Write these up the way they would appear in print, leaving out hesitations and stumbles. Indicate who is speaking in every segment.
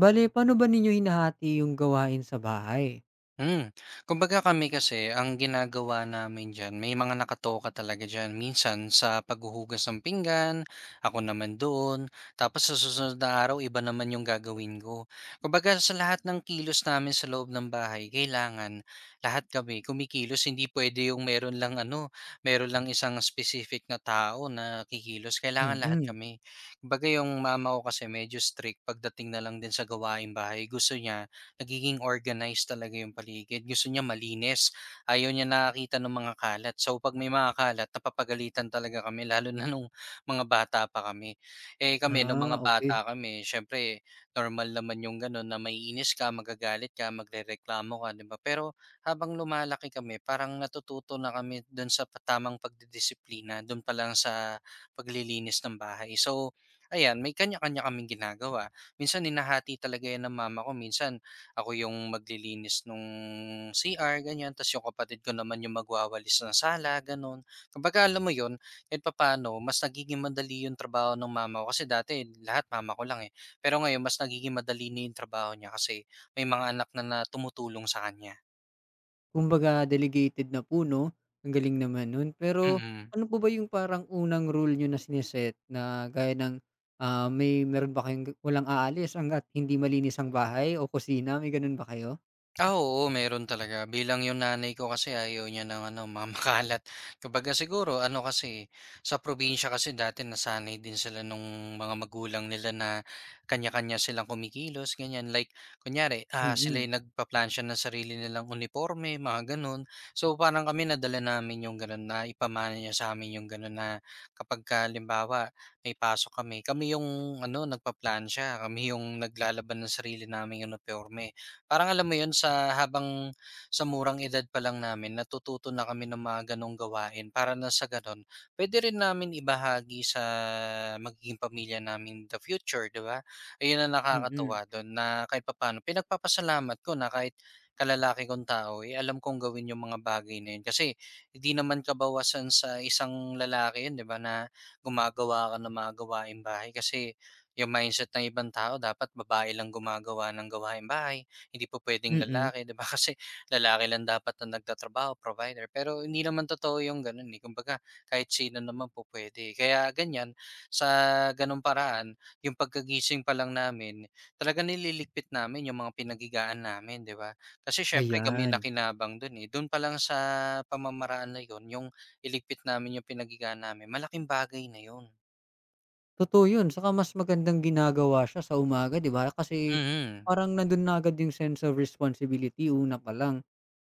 Speaker 1: Bale, paano ba ninyo hinahati yung gawain sa bahay?
Speaker 2: Hmm, Kumbaga kami kasi ang ginagawa namin diyan may mga nakatoka talaga diyan. Minsan sa paghuhugas ng pinggan, ako naman doon, tapos sa susunod na araw iba naman yung gagawin ko. Kumbaga sa lahat ng kilos namin sa loob ng bahay, kailangan lahat kami kumikilos. Hindi pwede yung meron lang ano, meron lang isang specific na tao na kikilos. Kailangan lahat
Speaker 1: Mm.
Speaker 2: kami. Kumbaga yung mama ko kasi medyo strict pagdating na lang din sa gawaing bahay. Gusto niya nagiging organized talaga yung paligid. Gusto niya malinis, ayaw niya nakakita ng mga kalat. So pag may mga kalat, napapagalitan talaga kami lalo na nung mga bata pa kami. Eh kami nung
Speaker 1: Ah,
Speaker 2: mga bata
Speaker 1: okey.
Speaker 2: kami, syempre normal naman yung gano'n na maiinis ka, magagalit ka, magrereklamo ka, 'di ba? Pero habang lumalaki kami, parang natututo na kami doon sa tamang pagdidisiplina, doon pa lang sa paglilinis ng bahay. So, ayan, may kanya-kanya kaming ginagawa. Minsan, hinahati talaga yan ng mama ko. Minsan, ako yung maglilinis nung CR ganyan, ta's yung kapatid ko naman yung magwawalis ng sala gano'n. Kumbaga alam mo 'yun, kahit papaano mas nagiging madali yung trabaho ng mama ko kasi dati lahat mama ko lang, eh. Pero ngayon mas nagiging madali na yung trabaho niya kasi may mga anak na na tumutulong sa kanya.
Speaker 1: Kumbaga delegated na po 'no? Ang galing naman nun. Pero
Speaker 2: Mm.
Speaker 1: ano po ba yung parang unang rule niyo na sine-set na gaya ng, may meron ba kayong walang aalis hangga't hindi malinis ang bahay o kusina, may ganun ba kayo?
Speaker 2: Ah, oo meron talaga. Bilang yung nanay ko kasi ayaw niya ng ano, mga makalat. Kumbaga siguro ano kasi, sa probinsya kasi dati nasanay din sila nung mga magulang nila na kanya-kanya silang kumikilos, ganyan. Like, kunyari, sila
Speaker 1: Mm,
Speaker 2: yung nagpaplansya ng sarili nilang uniforme, mga ganun. So, parang kami nadala namin yung ganun na ipamana niya sa amin yung ganun na kapag ka, limbawa, may pasok kami. Kami yung ano, nagpaplansya. Kami yung naglalaban ng sarili namin yung uniforme. Parang alam mo yun sa murang edad pa lang namin natututo na kami ng mga gano'ng gawain para na sa gano'n puwede rin namin ibahagi sa magiging pamilya namin in the future, 'di ba? Ayun ang
Speaker 1: mm,
Speaker 2: nakakatuwa do'n na kahit papaano pinagpapasalamat ko na kahit kalalaki kong tao, eh, alam kong gawin yung mga bagay na yun. Kasi hindi naman kabawasan sa isang lalaki yun, 'di ba, na gumagawa ka ng mga gawaing bahay kasi yung mindset ng ibang tao dapat babae lang gumagawa ng gawain bahay, hindi po puwedeng
Speaker 1: mm.
Speaker 2: lalaki, 'di ba, kasi lalaki lang dapat na nagtatrabaho, provider. Pero hindi naman totoo yung gano'n, eh, kumbaga kahit sino naman po puwede. Kaya ganiyan, sa gano'ng paraan, yung pagkagising pa lang namin, talaga nililigpit namin yung mga pinaghigaan namin, 'di ba? Kasi siyempre kami
Speaker 1: Ayan.
Speaker 2: nakinabang dun eh. Do'n pa lang sa pamamaraan na 'yon, yung iligpit namin yung pinaghigaan namin, malaking bagay na 'yon.
Speaker 1: Totoo yun, saka mas magandang ginagawa siya sa umaga, 'di ba? Kasi
Speaker 2: Mm.
Speaker 1: parang nandun na agad yung sense of responsibility una pa lang.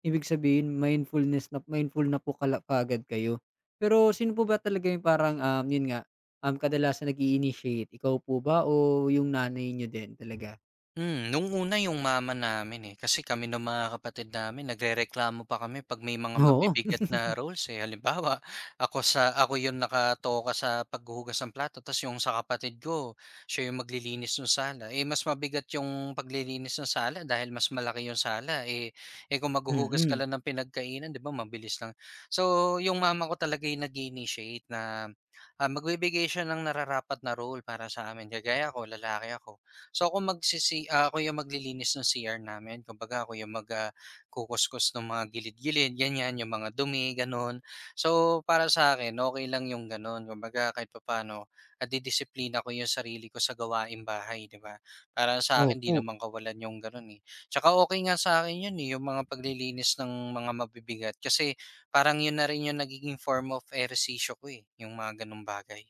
Speaker 1: Ibig sabihin mindfulness na mindful na po kala kaagad kayo. Pero sino po ba talaga yung parang, yun nga, kadalasan nag-i-initiate, ikaw po ba o yung nanay niyo din talaga?
Speaker 2: Nung una yung mama namin, eh, kasi kami ng mga kapatid namin nagrereklamo pa kami 'pag may mga
Speaker 1: Oo,
Speaker 2: mabibigat na roles, eh. Halimbawa, ako yung nakatoka sa paghuhugas ng plato ta's yung sa kapatid ko siya yung maglilinis ng sala. Eh, mas mabigat yung paglilinis ng sala dahil mas malaki yung sala, eh, kung maghuhugas ka
Speaker 1: mm,
Speaker 2: lang ng pinagkainan 'di ba mabilis lang. So, yung mama ko talaga yung nag initiate na, ah, magbibigay siya ng nararapat na role para sa amin. Kagaya ako, lalaki ako, so ako yung maglilinis ng CR namin. Kumbaga ako yung kukuskus ng mga gilid-gilid, ganyan, yung mga dumi, gano'n. So para sa akin, okey lang yung gano'n. Kumbaga kahit papaano, nadidisiplina ko yung sarili ko sa gawaing bahay, 'di ba? Para sa akin, 'di
Speaker 1: opo.
Speaker 2: naman kawalan yung gano'n, eh. Tsaka okay nga sa akin yun, eh, yung mga paglilinis ng mga mabibigat kasi parang yun na rin yung nagiging form of ehersisyo ko, eh, yung mga gano'ng bagay.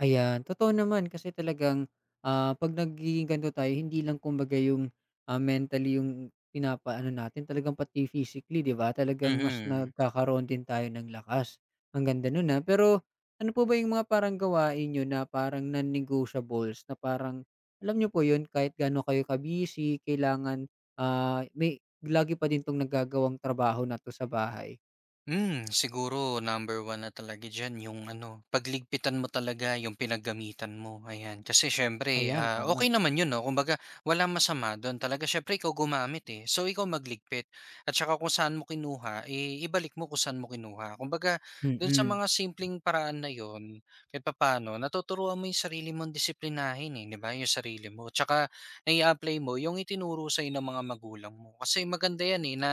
Speaker 1: Ayan, totoo naman kasi talagang, 'pag nagiging ganito tayo hindi lang kumbaga yung, mentally yung pinapaano natin talagang pati physically, 'di ba, talagang mas
Speaker 2: Mhm.
Speaker 1: nagkakaroon din tayo ng lakas. Ang ganda nun, ah, pero ano po ba yung mga parang gawain nyo na parang non-negotiables na parang alam nyo po yun kahit gaano kayo kabisi kailangan, may lagi pa din 'tong nagagawang trabaho na 'to sa bahay?
Speaker 2: Siguro number one na talaga diyan yung ano, pagligpitan mo talaga yung pinaggamitan mo, ayan. Kasi siyempre,
Speaker 1: Ayan,
Speaker 2: ah,
Speaker 1: tama.
Speaker 2: okey naman yun 'no, kumbaga walang masama dun, talaga siyempre ikaw gumamit, eh. So, ikaw magligpit at saka kung saan mo kinuha, eh, ibalik mo kung saan mo kinuha. Kumbaga dun sa
Speaker 1: Mm,
Speaker 2: mga simpleng paraan na yun, kahit papaano natuturuan mo yung sarili mong disiplinahin, eh, 'di ba, yung sarili mo. Tsaka nai-a-apply mo yung itinuro sa'yo ng mga magulang mo. Kasi maganda yan, eh, na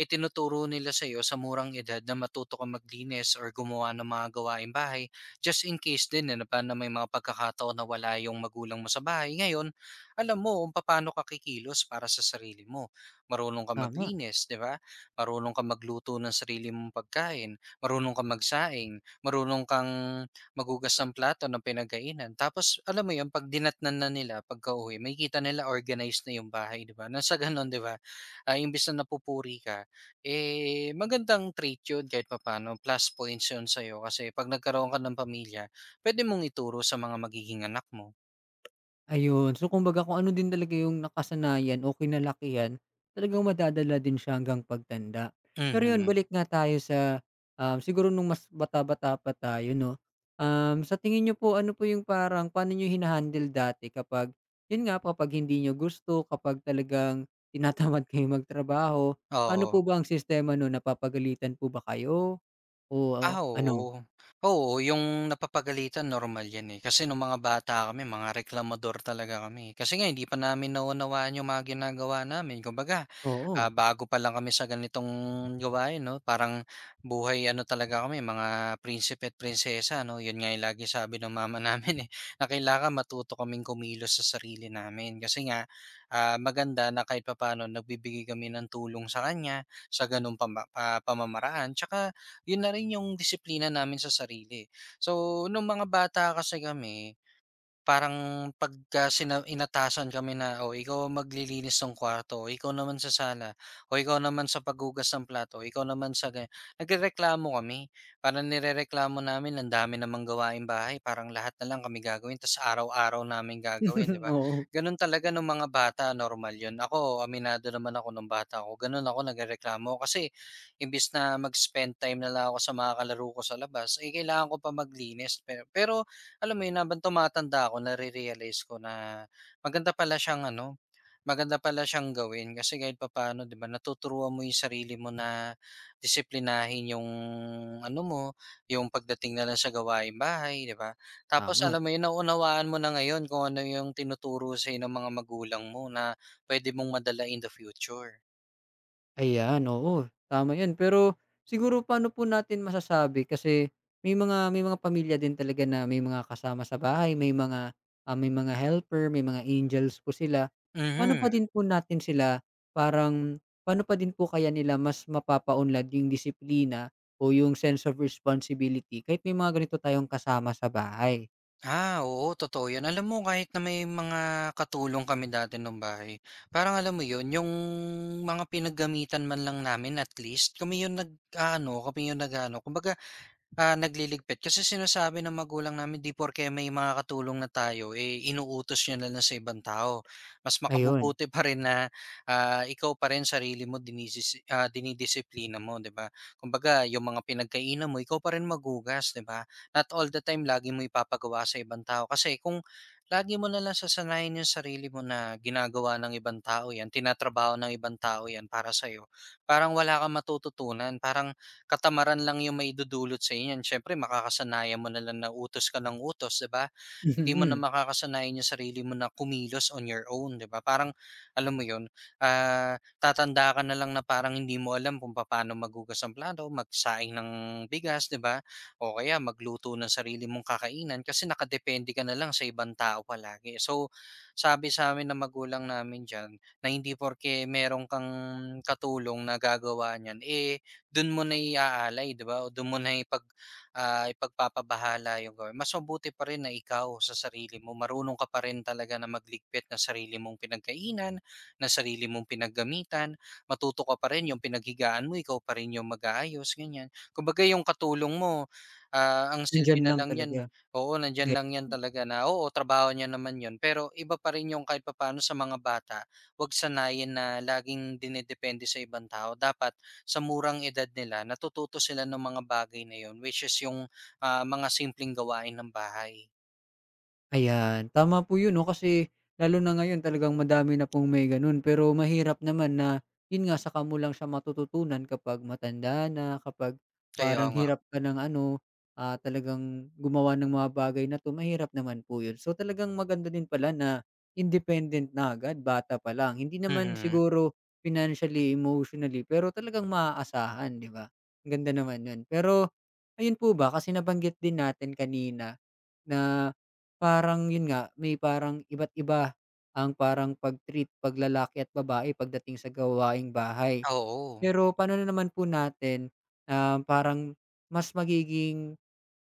Speaker 2: itinuturo nila sa'yo sa murang edad na matuto ka maglinis or gumawa ng mga gawaing bahay just in case din eh, na may mga pagkakataon na wala yung magulang mo sa bahay. Ngayon, alam mo kung paano ka kikilos para sa sarili mo. Marunong ka
Speaker 1: tama.
Speaker 2: maglinis, di ba? Marunong ka magluto ng sarili mong pagkain. Marunong ka magsaing. Marunong kang magugas ng plato ng pinagkainan. Tapos, alam mo yun, pag dinatnan na nila, pagka uwi, may kita nila organized na yung bahay, di ba? Nasa ganun, di ba? Ah, imbis na napupuri ka, eh, magandang trait yun kahit papaano, plus points yun sa'yo kasi 'pag nagkaroon ka ng pamilya, pwede mong ituro sa mga magiging anak mo.
Speaker 1: Ayun. So, kumbaga kung ano din talaga yung nakasanayan o kinalakihan, talagang madadala din siya hanggang pagtanda. Pero yun,
Speaker 2: Mhm,
Speaker 1: balik nga tayo sa, siguro nung mas bata-bata pa tayo, no? Sa tingin niyo po, ano po yung parang, paano niyo hinahandle dati kapag, yun nga, kapag hindi niyo gusto, kapag talagang tinatamad kayo magtrabaho, paano
Speaker 2: oo.
Speaker 1: po ba ang sistema no? Napapagalitan po ba kayo? O, o
Speaker 2: Ah,
Speaker 1: ano?
Speaker 2: oo. Oo, yung napapagalitan normal yan, eh. Kasi nung mga bata kami mga reklamador talaga kami, eh. Kasi nga hindi pa namin naunawaan yung mga ginagawa namin kumbaga. Ah,
Speaker 1: Oo.
Speaker 2: bago pa lang kami sa ganitong gawain 'no, parang buhay ano talaga kami mga prinsipe at prinsesa 'no. Yun nga yung laging sabi ng mama namin, eh, na kailangan matuto kaming kumilos sa sarili namin. Kasi nga, ah, maganda na kahit papaano nagbibigay kami ng tulong sa kanya sa ganung pamamaraan. Tsaka yun na rin yung disiplina namin sa sarili. So, nung mga bata kasi kami parang pagka inatasan kami na, "O ikaw ang maglilinis ng kwarto, o ikaw naman sa sala, o ikaw naman sa paghugas ng plato, o ikaw naman sa ganyan." Nagrereklamo kami. Parang nirereklamo namin ang dami namang gawaing bahay, parang lahat na lang kami gagawin tapos araw-araw namin gagawin, 'di ba?
Speaker 1: Oo.
Speaker 2: Gano'n talaga nung mga bata, normal 'yun. Ako, aminado naman ako nung bata ako, gano'n ako nagrereklamo kasi imbis na mag-spend time na lang ako sa mga kalaro ko sa labas, eh, kailangan ko pa maglinis. Pero pero alam mo yun, habang tumatanda ako nare-realize ko na maganda pala siyang ano, maganda pala siyang gawin kasi kahit papaano 'di ba natuturuan mo yung sarili mo na disiplinahin yung ano mo, yung pagdating na lang sa gawaing bahay 'di ba? Tapos alam
Speaker 1: Tama.
Speaker 2: mo yun, naunawaan mo na ngayon kung ano yung tinuturo sa ng mga magulang mo na pwede mong madala in the future.
Speaker 1: Ayan, oo, tama 'yan. Pero siguro paano po natin masasabi kasi may mga pamilya din talaga na may mga kasama sa bahay, may mga, may mga helper, may mga angels po sila. Paano pa
Speaker 2: Mhm.
Speaker 1: din po natin sila paano pa din po kaya nila mas mapapaunlad yung disiplina o yung sense of responsibility kahit may mga ganito tayong kasama sa bahay?
Speaker 2: Ah, oo totoo 'yan. Alam mo kahit na may mga katulong kami dati nung bahay, parang alam mo 'yun, yung mga pinaggamitan man lang namin at least kami 'yung nag-aano, kami 'yung nag-aano. Kumbaga, ah, nagliligpit kasi sinasabi ng magulang namin di porke may mga katulong na tayo, eh, inuutos niyo na lang sa ibang tao. Mas
Speaker 1: Ayun,
Speaker 2: makabubuti pa rin na, ah, ikaw pa rin sarili mo dinidisiplina mo, 'di ba? Kumbaga yung mga pinagkainan mo ikaw pa rin maghugas, 'di ba? Not all the time lagi mo ipapagawa sa ibang tao kasi kung lagi mo na lang sasanayin yung sarili mo na ginagawa ng ibang tao 'yan, tinatrabaho ng ibang tao 'yan para sa'yo, parang wala kang matututunan. Parang katamaran lang yung maidudulot sa inyo niyan. Siyempre makakasanayan mo na lang na utos ka ng utos, 'di ba? Hindi mo na
Speaker 1: mm.
Speaker 2: makakasanayan yung sarili mo na kumilos on your own, 'di ba? Parang alam mo 'yun, ah, tatanda ka na lang na parang hindi mo alam kung papaano maghugas ng plato, magsaing ng bigas, 'di ba? O kaya magluto ng sarili mong kakainan kasi nakadepende ka na lang sa ibang tao palagi. So, sabi sa amin ng magulang namin diyan na hindi porke meron kang katulong na gagawa niyan, eh do'n mo na iaalay 'di ba o do'n mo na ipagpapabahala yung gawin. Mas mabuti pa rin na ikaw sa sarili mo marunong ka pa rin talaga na magligpit na sarili mong pinagkainan, na sarili mong pinaggamitan, matuto ka pa rin yung pinaghigaan mo ikaw pa rin yung mag-aayos ganyan. Kumbaga yung katulong mo, ah, ang silbi
Speaker 1: Nandiyan
Speaker 2: na
Speaker 1: lang
Speaker 2: lang
Speaker 1: talaga.
Speaker 2: niyan, oo, nandiyan lang 'yan talaga na oo, trabaho niya naman 'yun pero iba pa rin yung kahit papaano sa mga bata, 'wag sanayin na laging dinedepende sa ibang tao dapat sa murang edad nila natututo sila ng mga bagay na yun which is yung, ah, mga simpleng gawain ng bahay.
Speaker 1: Ayan, tama po 'yun 'no, kasi lalo na ngayon talagang madami na pong may gano'n. Pero mahirap naman na 'yun nga, saka mo lang siya matututunan kapag matanda na, kapag
Speaker 2: Kaya
Speaker 1: parang
Speaker 2: nga.
Speaker 1: hirap ka ng ano, talagang gumawa ng mga bagay na 'to, mahirap naman po 'yun. So, talagang maganda din pala na independent na agad, bata pa lang. Hindi naman
Speaker 2: Mhm,
Speaker 1: siguro financially, emotionally, pero talagang maaasahan, 'di ba? Ang ganda naman yun. Pero ayun po ba, kasi nabanggit din natin kanina na parang yun nga, may parang iba't iba ang parang pag-treat 'pag lalaki at babae pagdating sa gawaing bahay.
Speaker 2: oo.
Speaker 1: Pero paano na naman po natin, na parang mas magiging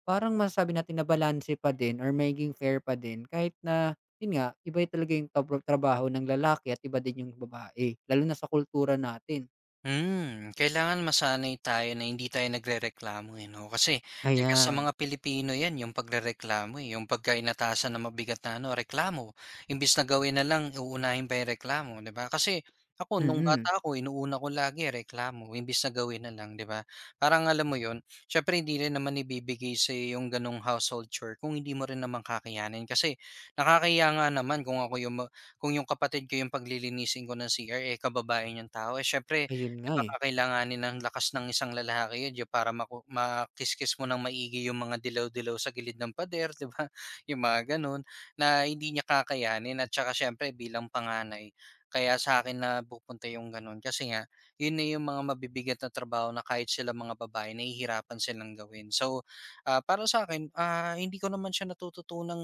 Speaker 1: parang masasabi natin na balanse pa din or magiging fair pa din kahit na yun nga, iba yung talaga yung tabro trabaho ng lalaki at iba din yung babae, lalo na sa kultura natin.
Speaker 2: Kailangan masanay tayo na hindi tayo nagrereklamo, eh, 'no? Kasi likas sa
Speaker 1: Ayan,
Speaker 2: mga Pilipino 'yan, yung pagrereklamo, eh. Yung pagka inatasan ng mabigat na ano, reklamo, imbis na gawin na lang, uunahin pa yung reklamo, 'di ba? Kasi ako nung
Speaker 1: mm.
Speaker 2: bata ako, inuuna ko lagi reklamo imbis na gawin na lang, 'di ba? Parang alam mo 'yun, siyempre hindi rin naman ibibigay sa'yo yung gano'ng household chore kung hindi mo rin naman kakayanin. Kasi nakakahiya nga naman kung yung kapatid ko yung paglilinisin ko ng CR, eh, kababae niyang tao, eh, siyempre.
Speaker 1: Ayun
Speaker 2: 'Di
Speaker 1: nga, eh.
Speaker 2: baka kailanganin ng lakas ng isang lalaki 'yun para makiskis mo ng maigi yung mga dilaw-dilaw sa gilid ng pader, 'di ba? Yung mga gano'n, na hindi niya kakayanin at saka siyempre bilang panganay, kaya sa'kin napupunta yung gano'n kasi nga, yun na yung mga mabibigat na trabaho na kahit sila mga babae nahihirapan silang gawin. So, ah, para sa'kin, ah, hindi ko naman siya natututunang,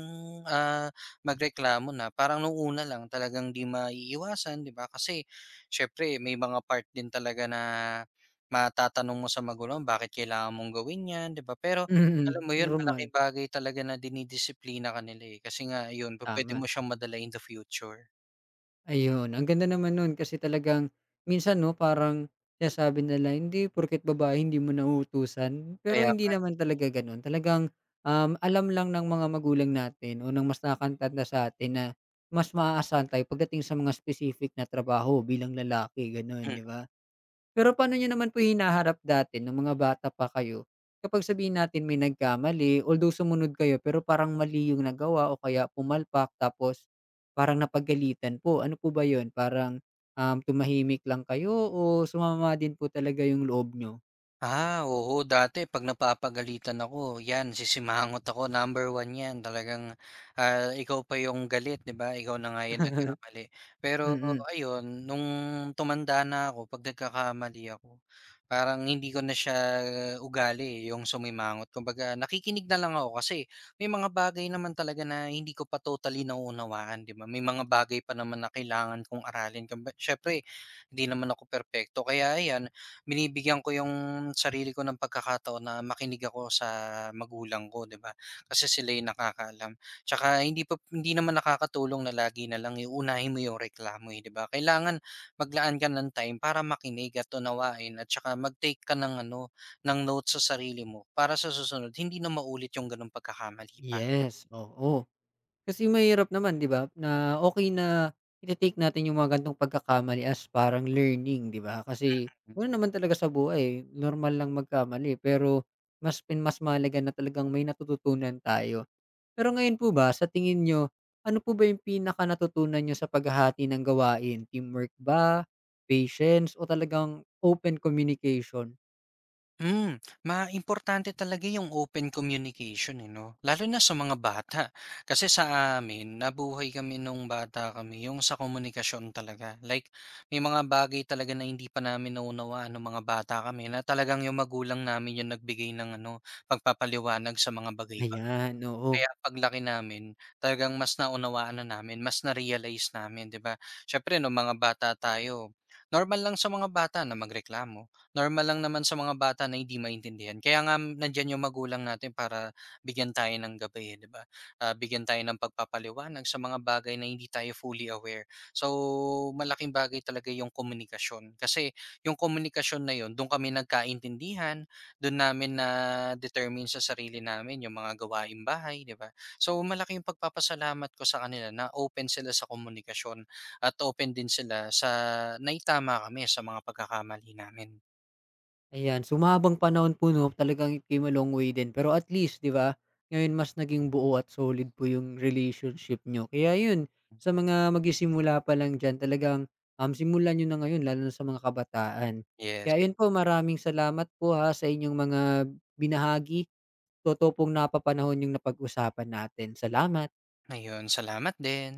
Speaker 2: ah, magreklamo na parang nung una lang talagang 'di maiiwasan, 'di ba? Kasi siyempre may mga part din talaga na matatanong mo sa magulang, bakit kailangan mong gawin 'yan, 'di ba? Pero alam
Speaker 1: Mm,
Speaker 2: mo 'yun,
Speaker 1: normal,
Speaker 2: malaking bagay talaga na dinidisiplina ka nila, eh, kasi nga ayun, pupuwede
Speaker 1: tama.
Speaker 2: mo siyang madala in the future.
Speaker 1: Ayun, ang ganda naman nun kasi talagang minsan 'no, parang sinasabi nila, "Hindi porket babae hindi mo na." Pero
Speaker 2: Kaya
Speaker 1: hindi
Speaker 2: nga,
Speaker 1: naman talaga gano'n. Talagang, alam lang ng mga magulang natin o ng mas nakakantanda sa atin na mas maaasahan tayo pagdating sa mga specific na trabaho bilang lalaki, gano'n,
Speaker 2: eh.
Speaker 1: 'di ba? Pero paano niyo naman po hinaharap dati nung mga bata pa kayo, kapag sabihin natin may nagkamali, although sumunod kayo pero parang mali yung nagawa o kaya pumalpak tapos parang napagalitan po, ano po ba yun? Parang, tumahimik lang kayo o sumama din po talaga yung loob niyo?
Speaker 2: Ah, oo. Dati 'pag napapagalitan ako, 'yan sisimangot ako, number one 'yan. Talagang, ah, ikaw pa yung galit, 'di ba? Ikaw na nga yung nagkamali. Pero
Speaker 1: Mm.
Speaker 2: ayun, nung tumanda na ako, 'pag nagkakamali ako, parang hindi ko na siya ugali, yung sumimangot. Kumbaga nakikinig na lang ako kasi may mga bagay naman talaga na hindi ko pa totally nauunawaan, 'di ba? May mga bagay pa naman na kailangan kong aralin. Kumba syempre, hindi naman ako perpekto. Kaya ayan, binibigyan ko yung sarili ko ng pagkakataon na makinig ako sa magulang ko, 'di ba? Kasi sila yung nakakaalam. Tsaka hindi naman nakakatulong na lagi na lang uunahin mo yung reklamo, eh, 'di ba? Kailangan maglaan ka ng time para makinig at unawain at tsaka mag-take ka ng ano, ng notes sa sarili mo para sa susunod hindi na maulit yung ganung pagkakamali pa.
Speaker 1: Yes, oo. Kasi mahirap naman, 'di ba, na okay na ite-take natin yung mga ganitong pagkakamali as parang learning, 'di ba? Kasi gano'n naman talaga sa buhay, eh, normal lang magkamali pero mas mahalaga na talagang may natututunan tayo. Pero ngayon po ba sa tingin niyo, ano po ba yung pinakanatutunan niyo sa paghahati ng gawain, teamwork ba, patience o talagang open communication?
Speaker 2: Maimportante talaga yung open communication, eh, 'no? Lalo na sa mga bata. Kasi sa amin, nabuhay kami nung bata kami yung sa komunikasyon talaga. Like, may mga bagay talaga na hindi pa namin naunawaan nung mga bata kami na talagang yung magulang namin yung nagbigay ng ano, pagpapaliwanag sa mga bagay
Speaker 1: Ayan, oo.
Speaker 2: kaya paglaki namin talagang mas naunawaan na namin, mas na-realize namin 'di ba? Siyempre no mga bata tayo, normal lang sa mga bata na magreklamo, normal lang naman sa mga bata na hindi maintindihan kaya nga nandiyan yung magulang natin para bigyan tayo ng gabay, eh, 'di ba? Ah, bigyan tayo ng pagpapaliwanag sa mga bagay na hindi tayo fully aware. So, malaking bagay talaga yung komunikasyon kasi yung komunikasyon na yun dun kami nagkaintindihan doon namin na-determine sa sarili namin yung mga gawaing bahay, 'di ba? So, malaki yung pagpapasalamat ko sa kanila na open sila sa komunikasyon at open din sila sa naitama kami sa mga pagkakamali namin.
Speaker 1: Ayan, sumabang panahon po 'no, talagang it came a long way din. Pero at least 'di ba, ngayon mas naging buo at solid po yung relationship nyo. Kaya yun, sa mga magisimula pa lang diyan talagang, simulan niyo na ngayon lalo na sa mga kabataan.
Speaker 2: Yes,
Speaker 1: Kaya yun po, maraming salamat po, ha, sa inyong mga binahagi. Totoo pong napapanahon yung napag-usapan natin. Salamat.
Speaker 2: ayun. Salamat din.